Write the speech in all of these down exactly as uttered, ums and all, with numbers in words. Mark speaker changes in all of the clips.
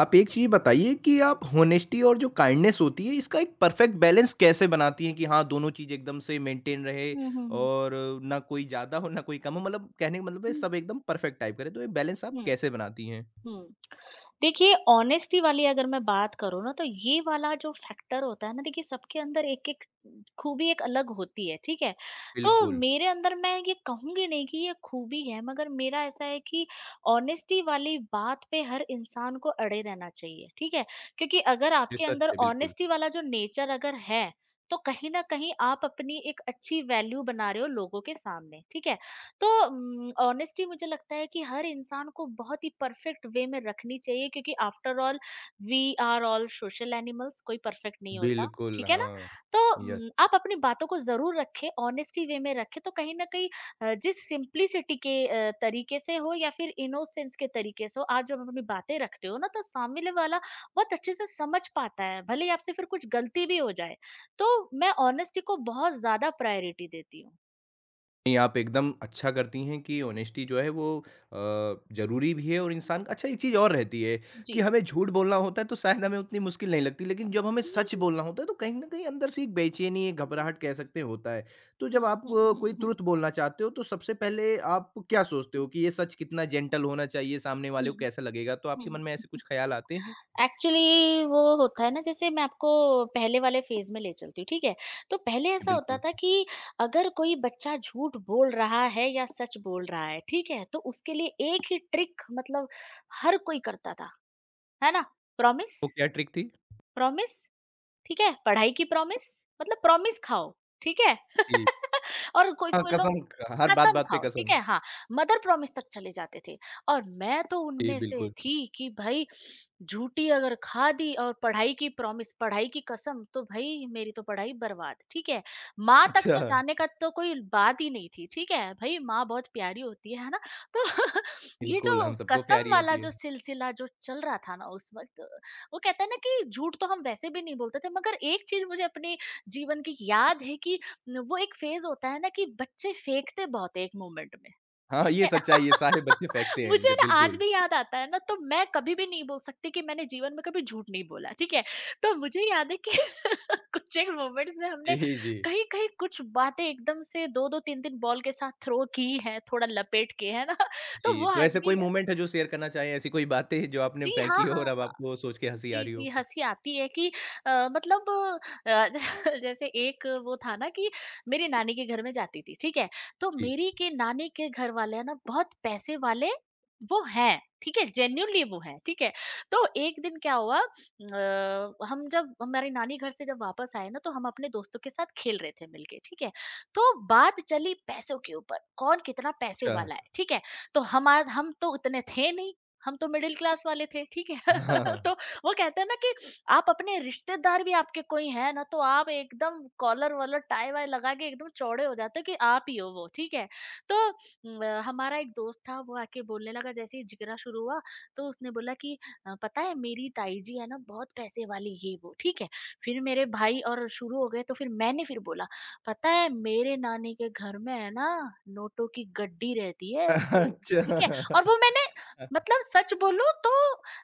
Speaker 1: आप एक चीज़ बताइए कि आप होनेस्टी और जो काइंडनेस होती है इसका एक परफेक्ट बैलेंस कैसे बनाती हैं कि हाँ दोनों चीज़ एकदम से मेंटेन रहे
Speaker 2: हुँ, हुँ, हुँ।
Speaker 1: और ना कोई ज़्यादा हो ना कोई कम हो मतलब कहने का मतलब है
Speaker 2: हुँ,
Speaker 1: सब एकदम परफेक्ट टाइप करे तो ये बैलेंस आप
Speaker 2: हुँ,
Speaker 1: कैसे बनाती हैं?
Speaker 2: हुँ। देखिए ऑनेस्टी वाली अगर मैं बात करूँ ना तो ये वाला जो फैक्टर होता है ना, देखिए सबके अंदर एक-एक खूबी एक अलग होती है, ठीक है? तो
Speaker 1: बिल्कुल।
Speaker 2: मेरे अंदर मैं ये कहूँगी नहीं कि ये खूबी है, मगर मेरा ऐसा है कि ऑनेस्टी वाली बात पे हर इंसान को अड़े रहना चाहिए, ठीक है? क्योंकि अगर
Speaker 1: ये
Speaker 2: आपके
Speaker 1: सच
Speaker 2: अंदर
Speaker 1: है, बिल्कुल।
Speaker 2: ऑनेस्टी वाला जो नेचर अगर है, तो कहीं न कहीं आप अपनी एक अच्छी वैल्यू बना रहे हो लोगों के सामने, ठीक है? तो ऑनेस्टली मुझे लगता है कि हर इंसान को बहुत ही परफेक्ट वे में रखनी चाहिए, क्योंकि after all we are all social animals, कोई परफेक्ट नहीं होता।
Speaker 1: बिल्कुल,
Speaker 2: ठीक है ना?
Speaker 1: हाँ।
Speaker 2: तो
Speaker 1: यस।
Speaker 2: हम्म, आप अपनी बातों को जरूर रखें, ऑनेस्टी वे में रखें, तो कहीं ना कहीं अ, जिस सिंप्लिसिटी के अ, तरीके से हो या फिर इनोसेंस के तरीके से हो, आप जब अपनी बातें रखते हो ना, तो सामने वाला बहुत अच्छे से समझ पाता है, भले ही आपसे फिर कुछ गलती भी हो जाए। तो मैं ऑनेस्टी को बहुत ज्यादा प्रायोरिटी देती हूँ।
Speaker 1: नहीं, आप एकदम अच्छा करती हैं कि ऑनेस्टी जो है वो अ, ज़रूरी भी है और इंसान का अच्छा एक चीज़ और रहती है कि
Speaker 2: जी।
Speaker 1: हमें झूठ बोलना होता है तो शायद हमें उतनी मुश्किल नहीं लगती लेकिन जब हमें सच बोलना होता है तो कहीं न कहीं अंदर से एक बेचैनी, एक घबराहट कह सकते हैं होता है। तो
Speaker 2: हुँ,
Speaker 1: जब आप
Speaker 2: हुँ,
Speaker 1: अ, कोई
Speaker 2: हुँ, हुँ।
Speaker 1: तुरंत बोलना चाहते हो तो सबसे पहले आप क्या सोचते हो कि ये सच कितना जेंटल होना चाहिए, सामने वाले को
Speaker 2: हुँ,
Speaker 1: कैसा लगेगा? तो आपके मन में
Speaker 2: हुँ।
Speaker 1: ऐसे कुछ ख़्याल आते हैं?
Speaker 2: एक्चुअली वो होता है ना, जैसे मैं आपको पहले वाले फ़ेज़ में ले चलती हूँ, ठीक है? तो पहले
Speaker 1: जी,
Speaker 2: ऐसा होता
Speaker 1: बिल्कुल।
Speaker 2: था कि अगर कोई बच्चा झूठ बोल रहा है या सच बोल रहा है, ठीक है? तो उसके लिए एक ही ट्रिक, मतलब हर कोई करता था, है ना? प्रॉमिस,
Speaker 1: वो क्या ट्रिक थी?
Speaker 2: प्रॉमिस, ठीक है? पढ़ाई की प्रॉमिस, मतलब प्रॉमिस खाओ, ठीक है?
Speaker 1: जी।
Speaker 2: और
Speaker 1: हाँ,
Speaker 2: कोई-कोई लोग
Speaker 1: कसम ख हर
Speaker 2: कसम
Speaker 1: बात-बात पे
Speaker 2: खाओ, ठीक
Speaker 1: कसम।
Speaker 2: है, हाँ, मदर प्रॉमिस तक चले जाते थे। और मैं तो
Speaker 1: जी,
Speaker 2: उनमें से
Speaker 1: बिल्कुल।
Speaker 2: थी कि भाई, झूठी अगर खा दी और पढ़ाई की प्रॉमिस, पढ़ाई की कसम, तो भाई मेरी तो पढ़ाई बर्बाद, ठीक है? माँ तक
Speaker 1: अच्छा,
Speaker 2: तो जाने का तो कोई बात ही नहीं थी, ठीक है? भाई माँ बहुत प्यारी होती है है ना? तो ये
Speaker 1: बिल्कुल
Speaker 2: जो
Speaker 1: हम सबको
Speaker 2: कसम
Speaker 1: प्यारी
Speaker 2: वाला
Speaker 1: होती है।
Speaker 2: जो सिलसिला जो चल रहा था ना उस वक्त, वो कहते हैं ना कि झूठ तो हम वैसे भी नहीं बोलते थे, मगर एक चीज मुझे अपने जीवन की याद है कि न, वो एक फ़ेज़ होता है ना कि बच्चे फेंकते बहुत है एक मोमेंट में,
Speaker 1: हाँ,
Speaker 2: ठीक
Speaker 1: ये
Speaker 2: है?
Speaker 1: सच्चाई है, सारे बच्चे फेंकते हैं,
Speaker 2: मुझे
Speaker 1: जी
Speaker 2: ना आज
Speaker 1: बिल्कुल।
Speaker 2: भी याद आता है ना, तो मैं कभी भी नहीं बोल सकती कि मैंने जीवन में कभी झूठ नहीं बोला, ठीक है? तो मुझे याद है कि कुछ एक मोमेंट्स में हमने
Speaker 1: जी, जी।
Speaker 2: कहीं-कहीं कुछ बातें एकदम से दो दो तीन तीन बॉल के साथ थ्रो की हैं, थोड़ा लपेट के, है ना? तो
Speaker 1: जी,
Speaker 2: वो
Speaker 1: तो
Speaker 2: आज
Speaker 1: ऐसा कोई
Speaker 2: भी या
Speaker 1: मोमेंट है जो शेयर करना चाहें, ऐसी कोई बातें जो आपने
Speaker 2: जी, हाँ,
Speaker 1: फेंकी हो
Speaker 2: हाँ,
Speaker 1: और अब
Speaker 2: हाँ।
Speaker 1: आपको सोच के हँसी आ
Speaker 2: जी,
Speaker 1: रही
Speaker 2: जी,
Speaker 1: हो?
Speaker 2: हँसी आती है कि अ, मतलब अ, जैसे एक वो था ना कि मेरी नानी के घर में जाती थी, ठीक है? तो
Speaker 1: जी,
Speaker 2: मेरी के नानी के घर वाले हैं ना, बहुत पैसे वाले वो हैं, ठीक है? जेन्युइनली वो हैं, ठीक है? तो एक दिन क्या हुआ, अ, हम जब हमारी नानी घर से जब वापस आए ना, तो हम अपने दोस्तों के साथ खेल रहे थे मिलके, ठीक है? तो बात चली पैसों के ऊपर, कौन कितना पैसे
Speaker 1: अच्छा।
Speaker 2: वाला है, ठीक है? तो हमा हम तो उतने थे नहीं, हम तो मिडल क्लास वाले थे, ठीक है?
Speaker 1: हाँ।
Speaker 2: तो वो कहते हैं ना कि आप अपने रिश्तेदार भी आपके कोई हैं ना, तो आप एकदम कॉलर वॉलर टाई वाई लगा के एकदम चौड़े हो जाते हो कि आप ही हो वो, ठीक है? तो अम, अ, हमारा एक दोस्त था, वो आके बोलने लगा, जैसे ही जिगरा शुरू हुआ तो उसने बोला कि "अ, पता है मेरी ताई जी है ना बहुत पैसे वाली, ये वो, ठीक है? फिर मेरे भाई और शुरू हो गए, तो फिर मैंने फिर बोला पता है मेरे नानी के घर में है ना नोटों की गड्डी रहती है ऐसे,
Speaker 1: अच्छा।
Speaker 2: ठीक है। और वो मैंने, मतलब सच बोलूं तो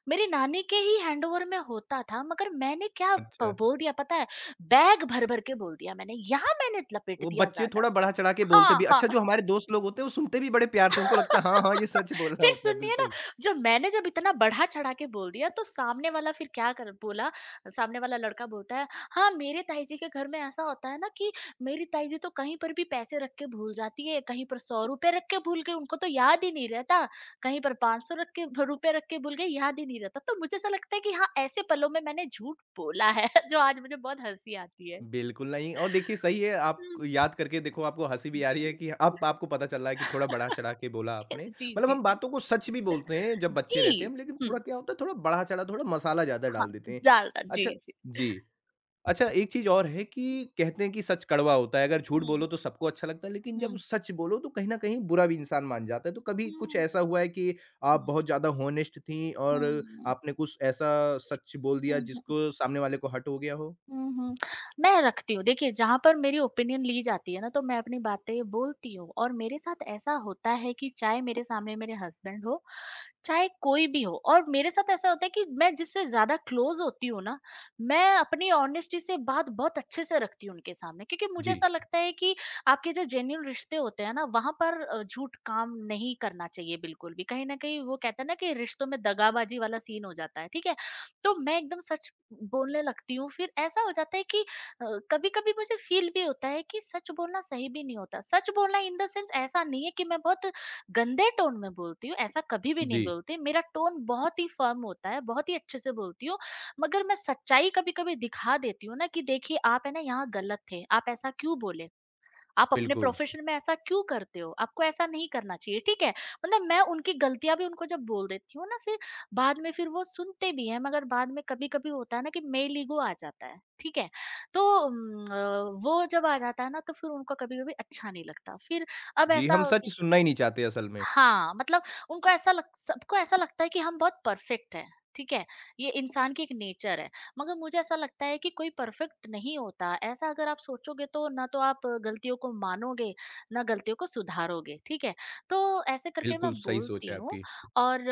Speaker 2: मेरी नानी के ही हैंडओवर में होता था, मगर मैंने क्या
Speaker 1: अच्छा,
Speaker 2: प- बोल दिया पता है, बैग भर भर के बोल दिया मैंने, यहाँ मैंने लपेट
Speaker 1: वो
Speaker 2: दिया
Speaker 1: बच्चे
Speaker 2: ज्यादा।
Speaker 1: थोड़ा बढ़ा-चढ़ा के बोलते
Speaker 2: हाँ,
Speaker 1: भी
Speaker 2: हाँ,
Speaker 1: अच्छा जो हमारे दोस्त लोग होते हैं, वो सुनते भी बड़े प्यार से, उनको लगता है हाँ, हाँ, ये सच बोल रहा
Speaker 2: फिर
Speaker 1: होता है,
Speaker 2: सुनिए ना,
Speaker 1: बिल्कुल।
Speaker 2: जब मैंने जब इतना बढ़ा चढ़ा के बोल दिया, तो सामने वाला फिर क्या कर बोला, सामने वाला लड़का बोलता है हाँ मेरे ताई जी के घर में ऐसा होता है ना कि मेरी ताई जी तो कहीं पर भी पैसे रख के भूल जाती है, कहीं पर सौ रुपए रख के भूल गई, उनको तो याद ही नहीं रहता, कहीं पर पांच सौ रख के रुपए रख के भूल गई, याद ही नहीं रहता। तो मुझे ऐसा लगता है कि हाँ ऐसे पलों में मैंने झूठ बोला है जो आज मुझे बहुत हंसी आती है।
Speaker 1: बिल्कुल नहीं और देखिए सही है आप
Speaker 2: हम्म,
Speaker 1: याद करके देखो आपको हँसी भी आ रही है
Speaker 2: जी।
Speaker 1: कि अब आपको पता चल रहा है कि थोड़ा बढ़ा-चढ़ा के बोला आपने।
Speaker 2: जी,
Speaker 1: मतलब
Speaker 2: जी,
Speaker 1: हम
Speaker 2: जी।
Speaker 1: बातों को सच भी बोलते हैं जब बच्चे रहते
Speaker 2: जी,
Speaker 1: हैं हम लेकिन थोड़ा
Speaker 2: हम्म,
Speaker 1: क्या होता है थोड़ा बढ़ा-चढ़ा थोड़ा मसाला ज़्यादा
Speaker 2: हाँ,
Speaker 1: डाल देते हैं।
Speaker 2: ज्यादा, जी,
Speaker 1: अच्छा
Speaker 2: जी।
Speaker 1: जी। अच्छा एक चीज़ और है कि कहते हैं कि सच कड़वा होता है अगर झूठ
Speaker 2: हुँ,
Speaker 1: बोलो तो सबको अच्छा लगता है लेकिन जब
Speaker 2: हुँ।
Speaker 1: सच बोलो तो कहीं न कहीं बुरा भी इंसान मान जाता है। तो कभी कुछ
Speaker 2: हुँ,
Speaker 1: ऐसा हुआ है कि आप
Speaker 2: हुँ,
Speaker 1: बहुत ज़्यादा हॉनेस्ट थीं और
Speaker 2: हुँ,
Speaker 1: आपने कुछ ऐसा सच बोल दिया
Speaker 2: हुँ, हुँ,
Speaker 1: जिसको सामने वाले को हर्ट हो गया हो?
Speaker 2: हुँ, हुँ। मैं रखती हूँ। देखिए, जहाँ पर मेरी ओपिनियन ली जाती है ना, तो मैं अपनी बातें बोलती हूँ, और मेरे साथ ऐसा होता है कि चाहे मेरे सामने मेरे हस्बैंड हो, चाहे कोई भी हो, और मेरे साथ ऐसा होता है कि मैं जिससे ज्यादा क्लोज होती हूँ ना, मैं अपनी ऑनेस्टी से बात बहुत अच्छे से रखती हूँ उनके सामने, क्योंकि मुझे
Speaker 1: जी।
Speaker 2: ऐसा लगता है कि आपके जो जेन्यून रिश्ते होते हैं ना, वहां पर अ, झूठ काम नहीं करना चाहिए बिल्कुल भी। कहीं ना कहीं वो कहते हैं ना कि रिश्तों में दगाबाजी वाला सीन हो जाता है, ठीक है? तो मैं एकदम सच बोलने लगती हूँ, फिर ऐसा हो जाता है कि कभी कभी मुझे फील भी होता है कि सच बोलना सही भी नहीं होता। सच बोलना इन द सेंस, ऐसा नहीं है कि मैं बहुत गंदे टोन में बोलती हूँ, ऐसा कभी भी नहीं
Speaker 1: जी।
Speaker 2: बोलती। मेरा टोन बहुत ही फ़र्म होता है, बहुत ही अच्छे से बोलती हूँ, मगर मैं सच्चाई कभी-कभी दिखा देती हूँ ना कि देखिए आप है ना यहाँ गलत थे, आप ऐसा क्यों बोले? आप अपने
Speaker 1: बिल्कुल।
Speaker 2: प्रोफ़ेशन में ऐसा क्यों करते हो? आपको ऐसा नहीं करना चाहिए, ठीक है? मतलब मैं उनकी गलतियाँ भी उनको जब बोल देती हूँ ना, फिर बाद में फिर वो सुनते भी हैं, मगर बाद में कभी-कभी होता है ना कि मेल ईगो आ जाता है, ठीक है? तो उम, अ, वो जब आ जाता है ना, तो फिर उनको कभी-कभी अच्छा नहीं लगता। फिर अब
Speaker 1: जी,
Speaker 2: ऐसा
Speaker 1: हम
Speaker 2: हो
Speaker 1: सच
Speaker 2: गया
Speaker 1: सुनना ही नहीं चाहते असल में।
Speaker 2: हाँ, मतलब उनको ऐसा लग, सबको ऐसा लगता है कि हम बहुत परफेक्ट हैं, ठीक है? ये इंसान की एक नेचर है, मगर मुझे ऐसा लगता है कि कोई परफेक्ट नहीं होता। ऐसा अगर आप सोचोगे तो ना तो आप गलतियों को मानोगे, ना गलतियों को सुधारोगे, ठीक है? तो ऐसे करके मैं
Speaker 1: बिल्कुल सही सोच
Speaker 2: बोलती
Speaker 1: है
Speaker 2: हूँ,
Speaker 1: आपकी।
Speaker 2: और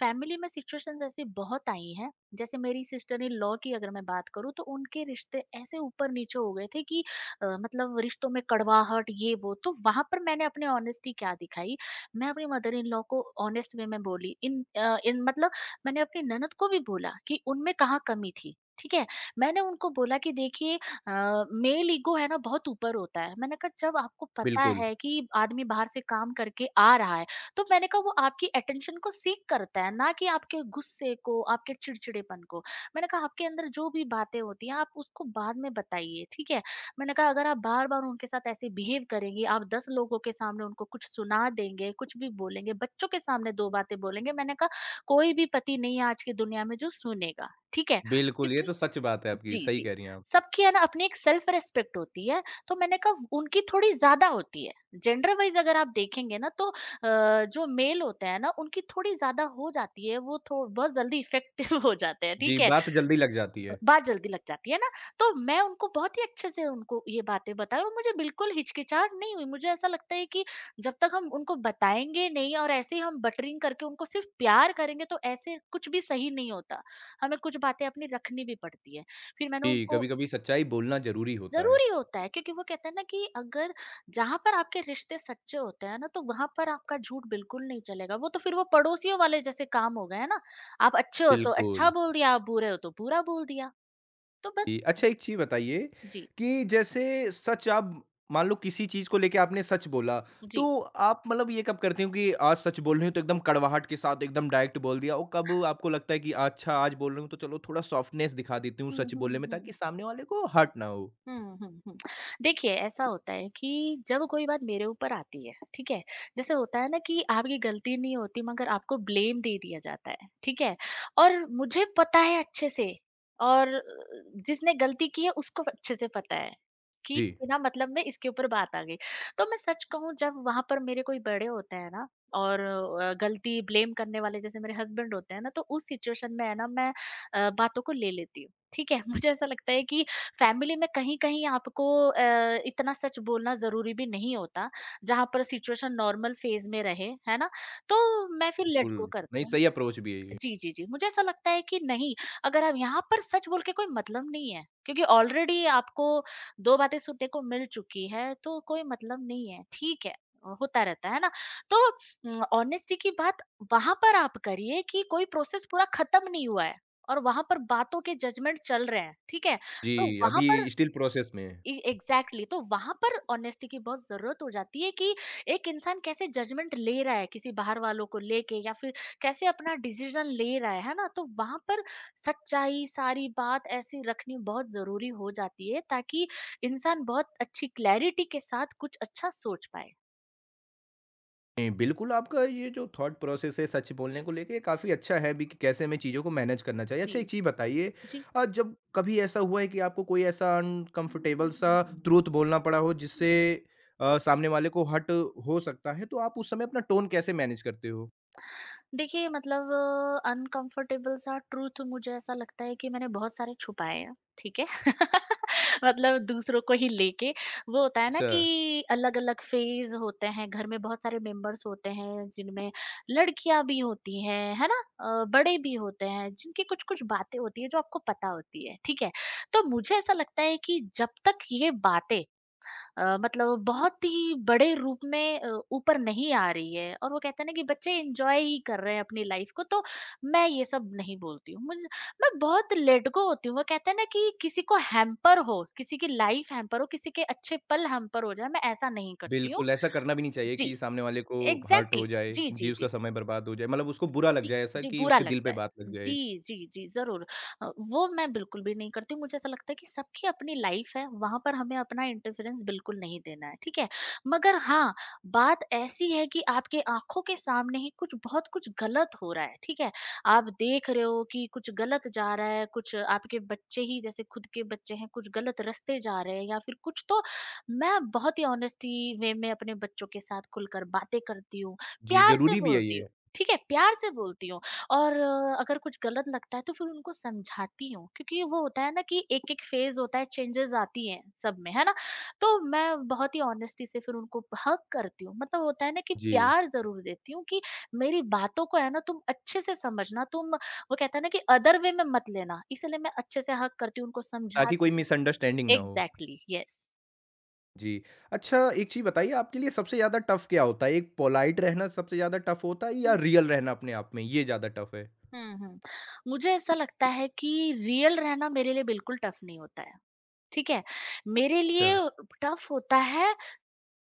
Speaker 2: फैमिली में सिचुएशंस ऐसी बहुत आई हैं। जैसे मेरी सिस्टर इन लॉ की अगर मैं बात करूँ, तो उनके रिश्ते ऐसे ऊपर-नीचे हो गए थे कि अ, मतलब रिश्तों में कड़वाहट, ये वो, तो वहाँ पर मैंने अपनी ऑनेस्टी क्या दिखाई, मैं अपनी मदर इन लॉ को ऑनेस्ट वे में बोली, इन अ, इन मतलब मैंने अपनी ननद को भी बोला कि उनमें कहाँ कमी थी। ठीक है? मैंने उनको बोला कि देखिए अ, मेल ईगो है ना बहुत ऊपर होता है। मैंने कहा जब आपको पता
Speaker 1: बिल्कुल,
Speaker 2: है कि आदमी बाहर से काम करके आ रहा है, तो मैंने कहा वो आपकी अटेंशन को सीक करता है, ना कि आपके गुस्से को, आपके चिड़चिड़ेपन को। मैंने कहा आपके अंदर जो भी बातें होती हैं, आप उसको बाद में बताइए, ठीक है? मैंने कहा अगर आप बार-बार उनके साथ ऐसे बिहेव करेंगी, आप दस लोगों के सामने उनको कुछ सुना देंगे, कुछ भी बोलेंगे, बच्चों के सामने दो बातें बोलेंगे, मैंने कहा कोई भी पति नहीं है आज की दुनिया में जो सुनेगा, ठीक है?
Speaker 1: बिल्कुल, ये
Speaker 2: क्योंकि
Speaker 1: तो सच बात है आपकी,
Speaker 2: जी,
Speaker 1: सही
Speaker 2: जी।
Speaker 1: कह रही हैं आप।
Speaker 2: सबकी है ना अपनी एक सेल्फ रिस्पेक्ट होती है, तो मैंने कहा उनकी थोड़ी ज़्यादा होती है। जेंडर वाइज़ अगर आप देखेंगे ना, तो अ, जो मेल होते हैं ना उनकी थोड़ी ज़्यादा हो जाती है, वो थो बहुत जल्दी इफेक्टिव हो जाते हैं,
Speaker 1: जी,
Speaker 2: ठीक है?
Speaker 1: बात जल्दी लग जाती है।
Speaker 2: बात जल्दी लग जाती है ना, तो मैं उनको बहुत ही अच्छे से उनको ये बातें बताई, और मुझे बिल्कुल हिचकिचाहट नहीं हुई। मुझे ऐसा लगता है कि जब तक हम उनको बताएँगे नहीं, और ऐसे ही हम बटरिंग करके उनको सिर्फ़ प्यार करेंगे, तो ऐसे कुछ भी सही नहीं होता। हमें कुछ बातें अपनी रखनी भी पड़ती है। फिर मैंने
Speaker 1: जी,
Speaker 2: उनको
Speaker 1: कभी-कभी सच्चाई बोलना ज़रूरी होता है।
Speaker 2: ज़रूरी होता है क्योंकि वो कहते हैं ना कि अगर जहाँ पर आपके रिश्ते सच्चे होते हैं ना, तो वहाँ पर आपका झूठ बिल्कुल नहीं चलेगा। वो तो फिर वो पड़ोसियों वाले जैसे काम हो गए, है ना? आप अच्छे हो तो अच्छा
Speaker 1: बिल्कुल।
Speaker 2: बोल दिया, आप बुरे हो तो बुरा बोल दिया। तो
Speaker 1: जी,
Speaker 2: बस
Speaker 1: अच्छा एक चीज़ बताइए
Speaker 2: जी,
Speaker 1: कि जैसे सच आप मान लो किसी चीज़ को लेके आपने सच बोला,
Speaker 2: जी।
Speaker 1: तो आप मतलब ये कब करते हो कि आज सच बोल रही हूँ तो एकदम कड़वाहट के साथ एकदम डायरेक्ट बोल दिया और कब आपको लगता है कि अच्छा आज बोल रही हूँ तो चलो थोड़ा सॉफ्टनेस दिखा देती हूँ
Speaker 2: हुँ,
Speaker 1: सच
Speaker 2: हुँ,
Speaker 1: बोलने में
Speaker 2: हुँ।
Speaker 1: ताकि सामने वाले को हर्ट ना हो?
Speaker 2: हम्म हम्म हम्म। देखिए, ऐसा होता है कि जब कोई बात मेरे ऊपर आती है, ठीक है। जैसे होता है ना कि आपकी गलती नहीं होती मगर आपको ब्लेम दे दिया जाता है, ठीक है। और मुझे पता है अच्छे से, और अ, जिसने गलती की है उसको अच्छे से पता है कि
Speaker 1: जी।
Speaker 2: बिना मतलब में इसके ऊपर बात आ गई। तो मैं सच कहूं, जब वहां पर मेरे कोई बड़े होते हैं ना और अ, गलती ब्लेम करने वाले जैसे मेरे हस्बैंड होते हैं ना, तो उस सिचुएशन में है ना, मैं अ, बातों को ले लेती हूँ, ठीक है। मुझे ऐसा लगता है कि फैमिली में कहीं-कहीं आपको अ, इतना सच बोलना ज़रूरी भी नहीं होता, जहाँ पर सिचुएशन नॉर्मल फ़ेज़ में रहे, है ना? तो मैं फिर लेट
Speaker 1: बिल्कुल,
Speaker 2: गो करती
Speaker 1: नहीं
Speaker 2: हूँ।
Speaker 1: सही अप्रोच भी है ये।
Speaker 2: जी, जी, जी। मुझे ऐसा लगता है कि नहीं, अगर आप यहाँ पर सच बोल के कोई मतलब नहीं है, क्योंकि ऑलरेडी आपको दो बातें सुनने को मिल चुकी है, तो कोई मतलब नहीं है, ठीक है। अ, होता रहता है ना? तो उम, ऑनेस्टी की बात वहाँ पर आप करिए कि कोई प्रोसेस पूरा खत्म नहीं हुआ है और वहाँ पर बातों के जजमेंट चल रहे हैं, ठीक है? तो
Speaker 1: जी,
Speaker 2: वहाँ पर
Speaker 1: अभी स्टिल प्रोसेस में है।
Speaker 2: एग्जैक्टली, तो वहां पर ऑनेस्टी की बहुत जरूरत हो जाती है कि एक इंसान कैसे जजमेंट ले रहा है किसी बाहर वालों को लेके, या फिर कैसे अपना डिसीजन ले रहा है है ना? तो वहां पर सच्चाई सारी बात ऐसी रखनी बहुत जरूरी हो जाती है ताकि इंसान बहुत अच्छी क्लैरिटी के साथ कुछ अच्छा सोच पाए।
Speaker 1: नहीं, बिल्कुल आपका ये जो थॉट प्रोसेस है सच बोलने को लेके काफ़ी अच्छा है भी कि कैसे हमें चीज़ों को मैनेज करना चाहिए।
Speaker 2: जी,
Speaker 1: अच्छा एक चीज़ बताइए
Speaker 2: जी।
Speaker 1: अ, जब कभी ऐसा हुआ है कि आपको कोई ऐसा अनकम्फर्टेबल सा ट्रुथ बोलना पड़ा हो जिससे अ, सामने वाले को हर्ट हो सकता है, तो आप उस समय अपना टोन कैसे मैनेज करते हो?
Speaker 2: देखिए, मतलब अनकंफर्टेबल सा ट्रूथ, मुझे ऐसा लगता है कि मैंने बहुत सारे छुपाए हैं, ठीक है? मतलब दूसरों को ही लेके वो होता है ना
Speaker 1: अच्छा,
Speaker 2: कि अलग-अलग फ़ेज़ होते हैं, घर में बहुत सारे मेंबर्स होते हैं जिनमें लड़कियाँ भी होती हैं, है ना? अ, बड़े भी होते हैं, जिनकी कुछ-कुछ बातें होती हैं जो आपको पता होती है, ठीक है? तो मुझे ऐसा लगता है कि जब तक ये बातें अ, मतलब बहुत ही बड़े रूप में अ, ऊपर नहीं आ रही है, और वो कहते हैं ना कि बच्चे एंजॉय ही कर रहे हैं अपनी लाइफ को, तो मैं ये सब नहीं बोलती हूँ। मुझे, मैं बहुत लेट गो होती हूँ। वो कहते हैं ना कि किसी को हैम्पर हो, किसी की लाइफ हैम्पर हो, किसी के अच्छे पल हैम्पर हो जाए, मैं ऐसा नहीं करती हूँ।
Speaker 1: बिल्कुल ऐसा करना भी नहीं चाहिए
Speaker 2: जी,
Speaker 1: कि सामने वाले को हर्ट
Speaker 2: एग्जैक्टली exactly.
Speaker 1: हो जाए।
Speaker 2: जी, जी,
Speaker 1: जी,
Speaker 2: जी।
Speaker 1: उसका समय बर्बाद हो जाए, मतलब उसको बुरा लग
Speaker 2: जी,
Speaker 1: जाए ऐसा
Speaker 2: जी,
Speaker 1: कि
Speaker 2: बुरा
Speaker 1: उसके दिल
Speaker 2: लगता
Speaker 1: पे
Speaker 2: है।
Speaker 1: बात लग
Speaker 2: जी,
Speaker 1: जाए।
Speaker 2: जी, जी, ज़रूर। अ, वो मैं बिल्कुल भी नहीं करती हूँ, मुझे ऐसा लगता है कि सबकी अपनी लाइफ़ है, वहाँ पर हमें अपना इंटरफेरेंस बिल्कुल नहीं देना है, ठीक है? मगर हाँ, बात ऐसी है कि आपके आँखों के सामने ही कुछ बहुत कुछ गलत हो रहा है, ठीक है? आप देख रहे हो कि कुछ गलत जा रहा है, कुछ आपके बच्चे ही जैसे, खुद के बच्चे हैं, कुछ गलत रास्ते जा रहे हैं या फिर कुछ, तो मैं बहुत ही ऑनेस्टी वे में अपने बच्चों के साथ खुलकर बातें करती हूँ,
Speaker 1: जी,
Speaker 2: प्यार से
Speaker 1: ज़रूरी भी है
Speaker 2: बोलती
Speaker 1: ये।
Speaker 2: हूँ। ठीक है, प्यार से बोलती हूँ, और अ, अगर कुछ गलत लगता है तो फिर उनको समझाती हूँ, क्योंकि वो होता है ना कि एक-एक फ़ेज़ होता है, चेंजेज़ आती हैं सब में, है ना? तो मैं बहुत ही ऑनेस्टी से फिर उनको हग करती हूँ, मतलब होता है ना कि
Speaker 1: जी,
Speaker 2: प्यार ज़रूर देती हूँ कि मेरी बातों को, है ना, तुम अच्छे से समझना, तुम वो कहते हैं ना, कि अदर वे में मत लेना, इसलिए मैं अच्छे से हग करती हूँ, उनको
Speaker 1: ताकि
Speaker 2: समझाती
Speaker 1: कोई
Speaker 2: हूँ।
Speaker 1: मिसअंडरस्टैंडिंग ना हो।
Speaker 2: Exactly, yes.
Speaker 1: जी, अच्छा एक चीज़ बताइए आपके लिए सबसे ज़्यादा टफ़ क्या होता है? एक पोलाइट रहना सबसे ज़्यादा टफ़ होता है
Speaker 2: हुँ,
Speaker 1: या रियल रहना अपने आप में ये ज़्यादा टफ़ है?
Speaker 2: हुँ, हुँ। मुझे ऐसा लगता है कि रियल रहना मेरे लिए बिल्कुल टफ़ नहीं होता है। ठीक है? मेरे
Speaker 1: अच्छा,
Speaker 2: लिए टफ होता है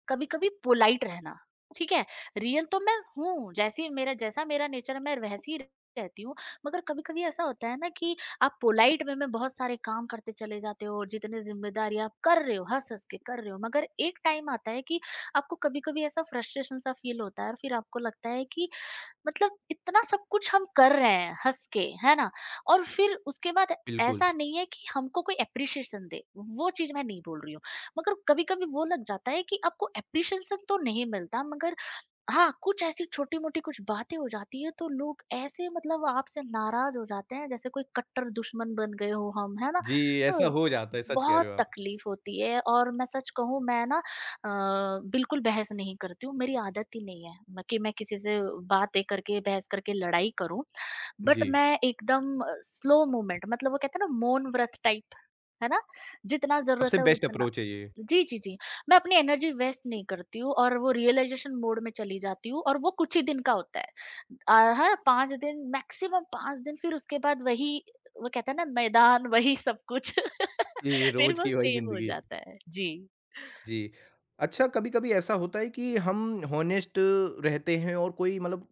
Speaker 2: कभी-कभी पोलाइट रहना, ठीक है? रियल तो मैं हूँ, जैसी मेरा जैसा मेरा नेचर है, मैं वैसी रहती हूँ। मगर कभी-कभी ऐसा होता है ना कि आप पोलाइट वे में बहुत सारे काम करते चले जाते हो, जितने ज़िम्मेदारी आप कर रहे हो, हँस-हँस के कर रहे हो, मगर एक टाइम आता है कि आपको कभी-कभी ऐसा फ्रस्ट्रेशन सा फील होता है, और फिर आपको लगता है कि मतलब इतना सब कुछ हम कर रहे हैं हँस के, है ना? और फिर उसके बाद
Speaker 1: बिल्कुल।
Speaker 2: ऐसा नहीं है कि हमको कोई एप्रिशिएशन दे, वो चीज़ मैं नहीं बोल रही हूँ। मगर कभी-कभी वो लग जाता है कि आपको एप्रिशिएशन तो नहीं मिलता, मगर हाँ, कुछ ऐसी छोटी-मोटी कुछ बातें हो जाती हैं तो लोग ऐसे, मतलब आपसे नाराज़ हो जाते हैं जैसे कोई कट्टर दुश्मन बन गए हो हम, है ना?
Speaker 1: जी, ऐसा
Speaker 2: तो
Speaker 1: हो जाता है, सच कह
Speaker 2: बहुत
Speaker 1: रहे हो आप।
Speaker 2: तकलीफ़ होती है, और मैं सच कहूँ, मैं ना अ, बिल्कुल बहस नहीं करती हूँ, मेरी आदत ही नहीं है म कि मैं किसी से बातें करके, बहस करके लड़ाई करूँ। बट
Speaker 1: जी,
Speaker 2: मैं एकदम अ, स्लो मूवमेंट, मतलब वो कहते हैं ना मौन व्रत टाइप, है ना? जितना ज़रूरत
Speaker 1: सबसे
Speaker 2: है
Speaker 1: बेस्ट
Speaker 2: उतना।
Speaker 1: अप्रोच है ये।
Speaker 2: जी, जी, जी। मैं अपनी एनर्जी वेस्ट नहीं करती हूँ और वो रियलाइज़ेशन मोड में चली जाती हूँ, और वो कुछ ही दिन का होता है। अ, हर पाँच दिन, मैक्सिमम पाँच दिन, फिर उसके बाद वही वो कहते हैं ना, मैदान वही सब कुछ
Speaker 1: जी,
Speaker 2: फिर
Speaker 1: रोज़
Speaker 2: वो
Speaker 1: की वही
Speaker 2: सेम हो
Speaker 1: ज़िंदगी।
Speaker 2: जाता है। जी।
Speaker 1: जी, अच्छा कभी-कभी ऐसा होता है कि हम हॉनेस्ट रहते हैं और कोई मतलब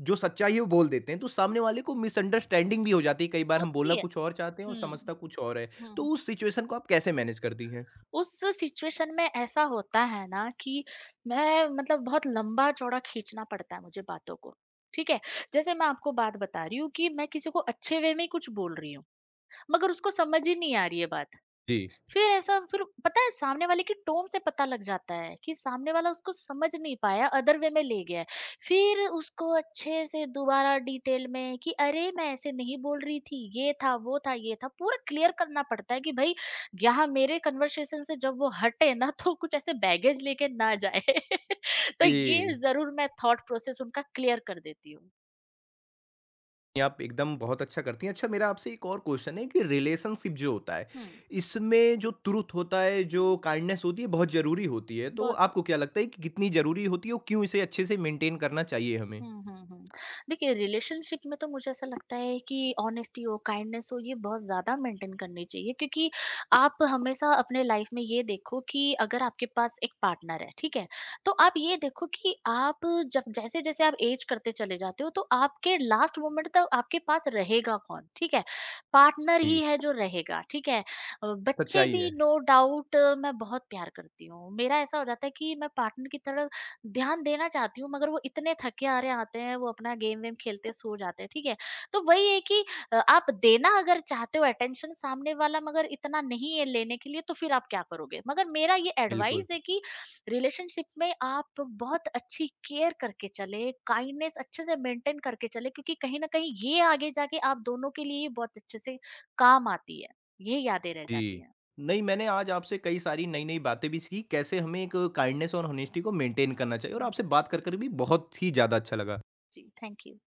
Speaker 1: जो सच्चाई है वो बोल देते हैं, तो सामने वाले को मिसअंडरस्टैंडिंग भी हो जाती है, कई बार हम बोलना
Speaker 2: होती है।
Speaker 1: कुछ और चाहते हैं और
Speaker 2: हुँ,
Speaker 1: समझता कुछ और है। तो
Speaker 2: हुँ।
Speaker 1: उस सिचुएशन को आप कैसे मैनेज करती हैं?
Speaker 2: उस सिचुएशन में ऐसा होता है ना कि मैं, मतलब बहुत लंबा-चौड़ा खींचना पड़ता है मुझे बातों को। ठीक है? जैसे मैं आपको बात बता रही हूँ कि मैं किसी को अच्छे वे में ही कुछ बोल रही हूँ, मगर उसको समझ ही नहीं आ रही है बात।
Speaker 1: जी।
Speaker 2: फिर ऐसा, फिर पता है सामने वाले के टोन से पता लग जाता है कि सामने वाला उसको समझ नहीं पाया, अदर वे में ले गया है। फिर उसको अच्छे से दोबारा डिटेल में कि अरे, मैं ऐसे नहीं बोल रही थी, ये था, वो था, ये था, पूरा क्लियर करना पड़ता है कि भाई, यहाँ मेरे कन्वर्सेशन से जब वो हटे ना, तो कुछ ऐसे बैगेज लेके ना जाए। तो ये
Speaker 1: जी,
Speaker 2: ज़रूर मैं थॉट प्रोसेस उनका क्लियर कर देती हूँ।
Speaker 1: ये आप एकदम बहुत अच्छा करती हैं। अच्छा मेरा आपसे एक और क्वेश्चन है कि रिलेशनशिप जो होता है,
Speaker 2: हुँ।
Speaker 1: इसमें जो ट्रुथ होता है, जो
Speaker 2: हुँ।
Speaker 1: काइंडनेस होती है बहुत ज़रूरी होती है, तो
Speaker 2: बहुत,
Speaker 1: आपको क्या लगता है कि कितनी ज़रूरी होती है और क्यों इसे अच्छे से मेंटेन करना चाहिए हमें?
Speaker 2: हुँ, हुँ, हुँ। देखिए, रिलेशनशिप में तो मुझे ऐसा लगता है कि ऑनेस्टी हो, काइंडनेस हो, ये बहुत ज़्यादा मेंटेन करनी चाहिए, क्योंकि आप हमेशा अपने लाइफ में ये देखो कि अगर आपके पास एक पार्टनर है, ठीक है? तो आप ये देखो कि आप जब, जैसे-जैसे आप ऐज करते चले जाते हो, तो आपके लास्ट मोमेंट तक आपके पास रहेगा कौन, ठीक है? पार्टनर ही
Speaker 1: जी।
Speaker 2: है जो रहेगा, ठीक है? अ, बच्चे
Speaker 1: सच्चाई
Speaker 2: भी
Speaker 1: है,
Speaker 2: नो डाउट मैं बहुत प्यार करती हूँ। मेरा ऐसा हो जाता है कि मैं पार्टनर की तरह ध्यान देना चाहती हूँ, मगर वो इतने थके हारे आते हैं, वो अपना गेम वेम खेलते सो जाते हैं, ठीक है। तो वही है कि अ, आप देना अगर चाहते हो अटेंशन, सामने वाला मगर इतना नहीं है लेने के लिए, तो फिर आप क्या करोगे? मगर मेरा ये
Speaker 1: बिल्कुल।
Speaker 2: एडवाइस है कि रिलेशनशिप में आप बहुत अच्छी केयर करके चले, काइंडनेस अच्छे से मेंटेन करके चले, क्योंकि कहीं ना कहीं ये आगे जाके आप दोनों के लिए बहुत अच्छे से काम आती है, ये यादें रह जाती
Speaker 1: जी।
Speaker 2: हैं।
Speaker 1: नहीं, मैंने आज आपसे कई सारी नई-नई बातें भी सीखी, कैसे हमें एक काइंडनेस और होनेस्टी को मेंटेन करना चाहिए और
Speaker 2: हम्म,
Speaker 1: आपसे बात कर, कर भी बहुत ही ज़्यादा अच्छा लगा।
Speaker 2: जी, थैंक यू।